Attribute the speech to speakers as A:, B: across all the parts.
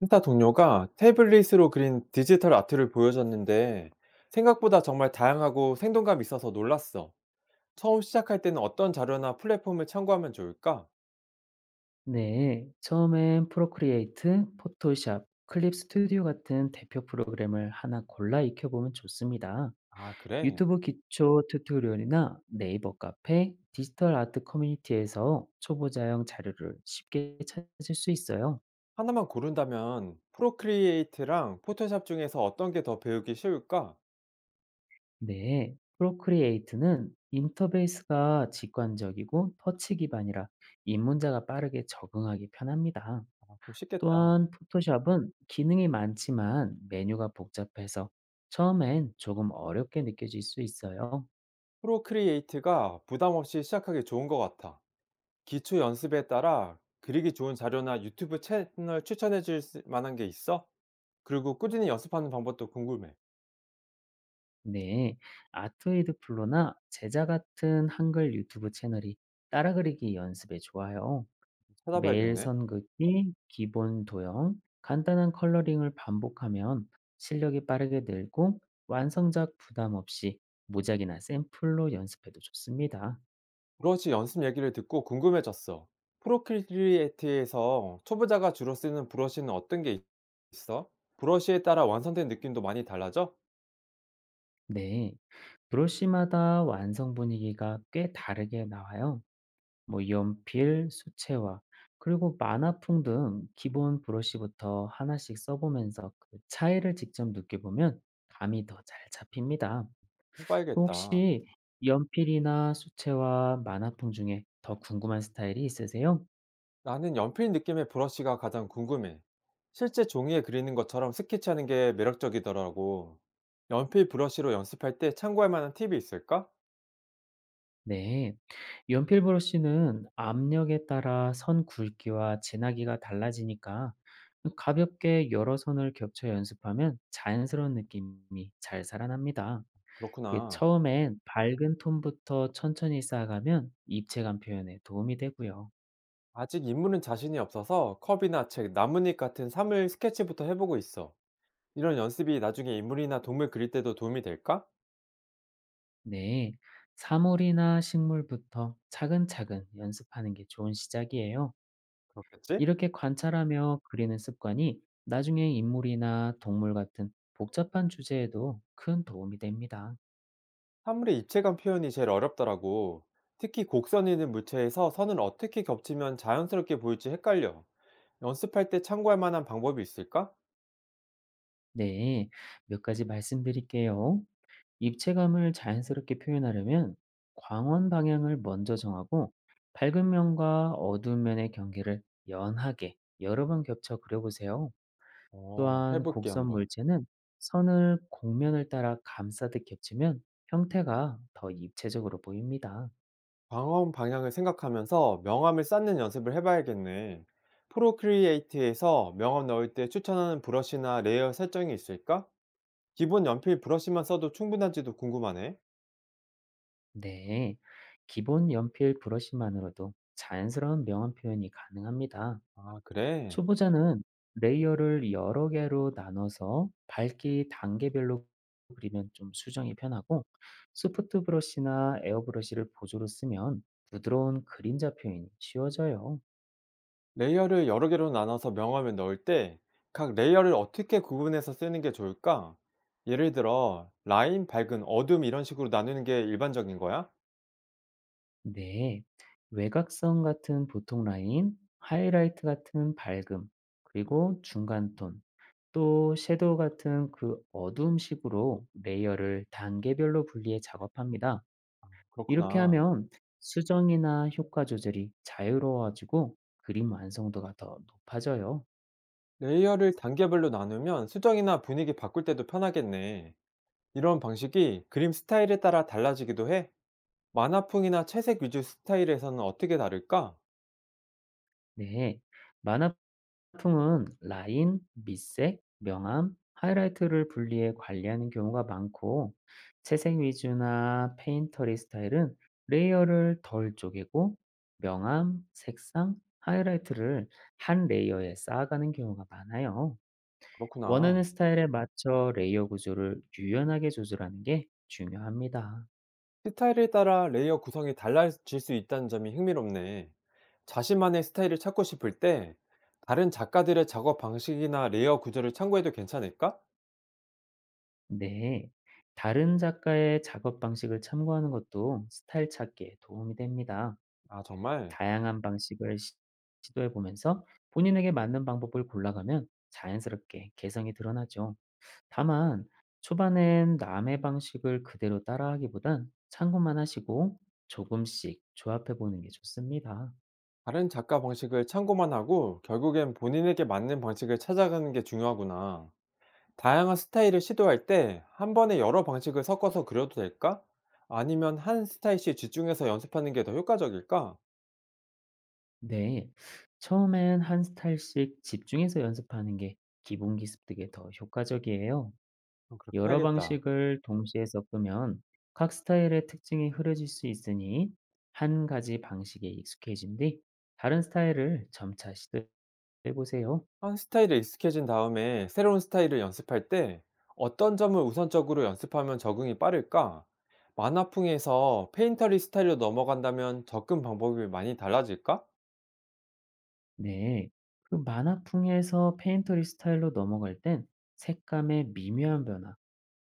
A: 센터 동료가 태블릿으로 그린 디지털 아트를 보여줬는데 생각보다 정말 다양하고 생동감 있어서 놀랐어. 처음 시작할 때는 어떤 자료나 플랫폼을 참고하면 좋을까?
B: 네, 처음엔 프로크리에이트, 포토샵, 클립 스튜디오 같은 대표 프로그램을 하나 골라 익혀보면 좋습니다.
A: 아, 그래.
B: 유튜브 기초 튜토리얼이나 네이버 카페, 디지털 아트 커뮤니티에서 초보자용 자료를 쉽게 찾을 수 있어요.
A: 하나만 고른다면 프로크리에이트랑 포토샵 중에서 어떤 게 더 배우기 쉬울까?
B: 네, 프로크리에이트는 인터페이스가 직관적이고 터치 기반이라 입문자가 빠르게 적응하기 편합니다.
A: 아, 그럼 쉽겠다.
B: 또한 포토샵은 기능이 많지만 메뉴가 복잡해서 처음엔 조금 어렵게 느껴질 수 있어요.
A: 프로크리에이트가 부담 없이 시작하기 좋은 것 같아. 기초 연습에 따라 그리기 좋은 자료나 유튜브 채널 추천해 줄 만한 게 있어? 그리고 꾸준히 연습하는 방법도 궁금해.
B: 네, 아트웨이드 플로나 제자 같은 한글 유튜브 채널이 따라 그리기 연습에 좋아요. 매일
A: 찾아봐야겠네.
B: 선 긋기, 기본 도형, 간단한 컬러링을 반복하면 실력이 빠르게 늘고 완성작 부담 없이 모작이나 샘플로 연습해도 좋습니다.
A: 브러쉬 연습 얘기를 듣고 궁금해졌어. 프로크리에이트에서 초보자가 주로 쓰는 브러쉬는 있어? 브러쉬에 따라 완성된 느낌도 많이 달라져?
B: 네, 브러쉬마다 완성 분위기가 꽤 다르게 나와요. 뭐 연필, 수채화, 그리고 만화풍 등 기본 브러쉬부터 하나씩 써보면서 그 차이를 직접 느껴보면 감이 더 잘 잡힙니다.
A: 해봐야겠다.
B: 혹시 연필이나 수채화, 만화풍 중에 더 궁금한 스타일이 있으세요?
A: 나는 연필 느낌의 브러쉬가 가장 궁금해. 실제 종이에 그리는 것처럼 스케치하는 게 매력적이더라고. 연필 브러쉬로 연습할 때 참고할 만한 팁이 있을까?
B: 네. 연필 브러쉬는 압력에 따라 선 굵기와 진하기가 달라지니까 가볍게 여러 선을 겹쳐 연습하면 자연스러운 느낌이 잘 살아납니다. 그
A: 그렇구나.
B: 처음엔 밝은 톤부터 천천히 쌓아가면 입체감 표현에 도움이 되고요.
A: 아직 인물은 자신이 없어서 컵이나 책, 나뭇잎 같은 사물 스케치부터 해보고 있어. 이런 연습이 나중에 인물이나 동물 그릴 때도 도움이 될까?
B: 네. 사물이나 식물부터 차근차근 연습하는 게 좋은 시작이에요.
A: 그렇겠지?
B: 이렇게 관찰하며 그리는 습관이 나중에 인물이나 동물 같은 복잡한 주제에도 큰 도움이 됩니다.
A: 사물의 입체감 표현이 제일 어렵더라고. 특히 곡선 있는 물체에서 선을 어떻게 겹치면 자연스럽게 보일지 헷갈려. 연습할 때 참고할 만한 방법이 있을까?
B: 네, 몇 가지 말씀드릴게요. 입체감을 자연스럽게 표현하려면 광원 방향을 먼저 정하고 밝은 면과 어두운 면의 경계를 연하게 여러 번 겹쳐 그려보세요.
A: 어,
B: 또한
A: 해볼게
B: 곡선
A: 한번.
B: 물체는 선을 곡면을 따라 감싸듯 겹치면 형태가 더 입체적으로 보입니다.
A: 광원 방향을 생각하면서 명암을 쌓는 연습을 해봐야겠네. 프로크리에이트에서 명암 넣을 때 추천하는 브러쉬나 레이어 설정이 있을까? 기본 연필 브러쉬만 써도 충분한지도 궁금하네.
B: 네, 기본 연필 브러쉬만으로도 자연스러운 명암 표현이 가능합니다.
A: 아, 그래?
B: 초보자는 레이어를 여러 개로 나눠서 밝기 단계별로 그리면 좀 수정이 편하고, 소프트 브러쉬나 에어 브러쉬를 보조로 쓰면 부드러운 그림자 표현이 쉬워져요.
A: 레이어를 여러 개로 나눠서 명함을 넣을 때 각 레이어를 어떻게 구분해서 쓰는 게 좋을까? 예를 들어, 라인, 밝은, 어둠 이런 식으로 나누는 게 일반적인 거야?
B: 네, 외곽선 같은 보통 라인, 하이라이트 같은 밝음, 그리고 중간 톤, 또 섀도우 같은 그 어두움 식으로 레이어를 단계별로 분리해 작업합니다. 이렇게
A: 그렇구나.
B: 하면 수정이나 효과 조절이 자유로워지고 그림 완성도가 더 높아져요.
A: 레이어를 단계별로 나누면 수정이나 분위기 바꿀 때도 편하겠네. 이런 방식이 그림 스타일에 따라 달라지기도 해? 만화풍이나 채색 위주 스타일에서는 어떻게 다를까?
B: 네. 만화풍은 라인, 밑색, 명암, 하이라이트를 분리해 관리하는 경우가 많고, 채색 위주나 페인터리 스타일은 레이어를 덜 쪼개고, 명암, 색상, 하이라이트를 한 레이어에 쌓아가는 경우가 많아요. 원하는
A: 그렇구나.
B: 스타일에 맞춰 레이어 구조를 유연하게 조절하는 게 중요합니다.
A: 스타일에 따라 레이어 구성이 달라질 수 있다는 점이 흥미롭네. 자신만의 스타일을 찾고 싶을 때 다른 작가들의 작업 방식이나 레이어 구조를 참고해도 괜찮을까?
B: 네. 다른 작가의 작업 방식을 참고하는 것도 스타일 찾기에 도움이 됩니다.
A: 아, 정말.
B: 다양한 방식을 시 시도해 보면서 본인에게 맞는 방법을 골라가면 자연스럽게 개성이 드러나죠. 다만 초반엔 남의 방식을 그대로 따라하기보단 참고만 하시고 조금씩 조합해 보는 게 좋습니다.
A: 다른 작가 방식을 참고만 하고 결국엔 본인에게 맞는 방식을 찾아가는 게 중요하구나. 다양한 스타일을 시도할 때 한 번에 여러 방식을 섞어서 그려도 될까? 아니면 한 스타일씩 집중해서 연습하는 게 더 효과적일까?
B: 네. 처음엔 한 스타일씩 집중해서 연습하는 게 기본 기습 득에 더 효과적이에요.
A: 그럼 그렇게
B: 여러
A: 해야겠다.
B: 방식을 동시에 섞으면 각 스타일의 특징이 흐려질 수 있으니 한 가지 방식에 익숙해진 뒤 다른 스타일을 점차 시도해 보세요.
A: 한 스타일에 익숙해진 다음에 새로운 스타일을 연습할 때 어떤 점을 우선적으로 연습하면 적응이 빠를까? 만화풍에서 페인터리 스타일로 넘어간다면 접근 방법이 많이 달라질까?
B: 네. 그 만화풍에서 페인터리 스타일로 넘어갈 땐 색감의 미묘한 변화,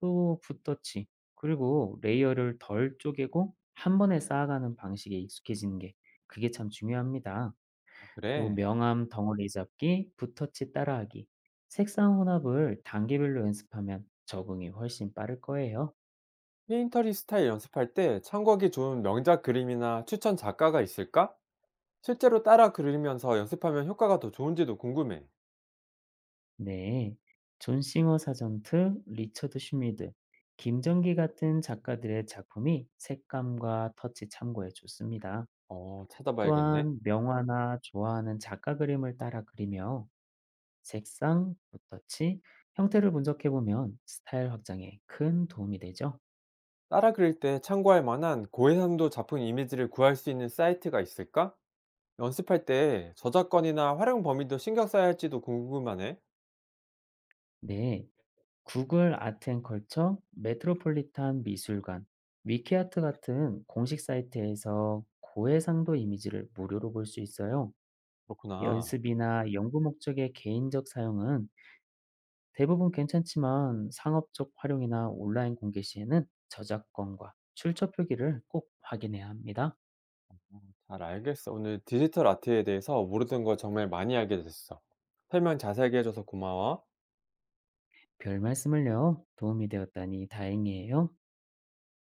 B: 또 붓터치, 그리고 레이어를 덜 쪼개고 한 번에 쌓아가는 방식에 익숙해지는 게 그게 참 중요합니다.
A: 아,
B: 또
A: 그래.
B: 명암 덩어리 잡기, 붓터치 따라하기, 색상 혼합을 단계별로 연습하면 적응이 훨씬 빠를 거예요.
A: 페인터리 스타일 연습할 때 참고하기 좋은 명작 그림이나 추천 작가가 있을까? 실제로 따라 그리면서 연습하면 효과가 더 좋은지도 궁금해.
B: 네. 존 싱어 사전트, 리처드 슈미드, 김정기 같은 작가들의 작품이 색감과 터치 참고에 좋습니다.
A: 어, 찾아봐야겠네.
B: 또한 명화나 좋아하는 작가 그림을 따라 그리며 색상, 붓터치, 형태를 분석해보면 스타일 확장에 큰 도움이 되죠.
A: 따라 그릴 때 참고할 만한 고해상도 작품 이미지를 구할 수 있는 사이트가 있을까? 연습할 때 저작권이나 활용 범위도 신경 써야 할지도 궁금하네.
B: 네. 구글 아트앤컬처, 메트로폴리탄 미술관, 위키아트 같은 공식 사이트에서 고해상도 이미지를 무료로 볼 수 있어요.
A: 그렇구나.
B: 연습이나 연구 목적의 개인적 사용은 대부분 괜찮지만 상업적 활용이나 온라인 공개 시에는 저작권과 출처 표기를 꼭 확인해야 합니다.
A: 잘 알겠어. 오늘 디지털 아트에 대해서 모르던 걸 정말 많이 알게 됐어. 설명 자세하게 해줘서 고마워.
B: 별 말씀을요. 도움이 되었다니 다행이에요.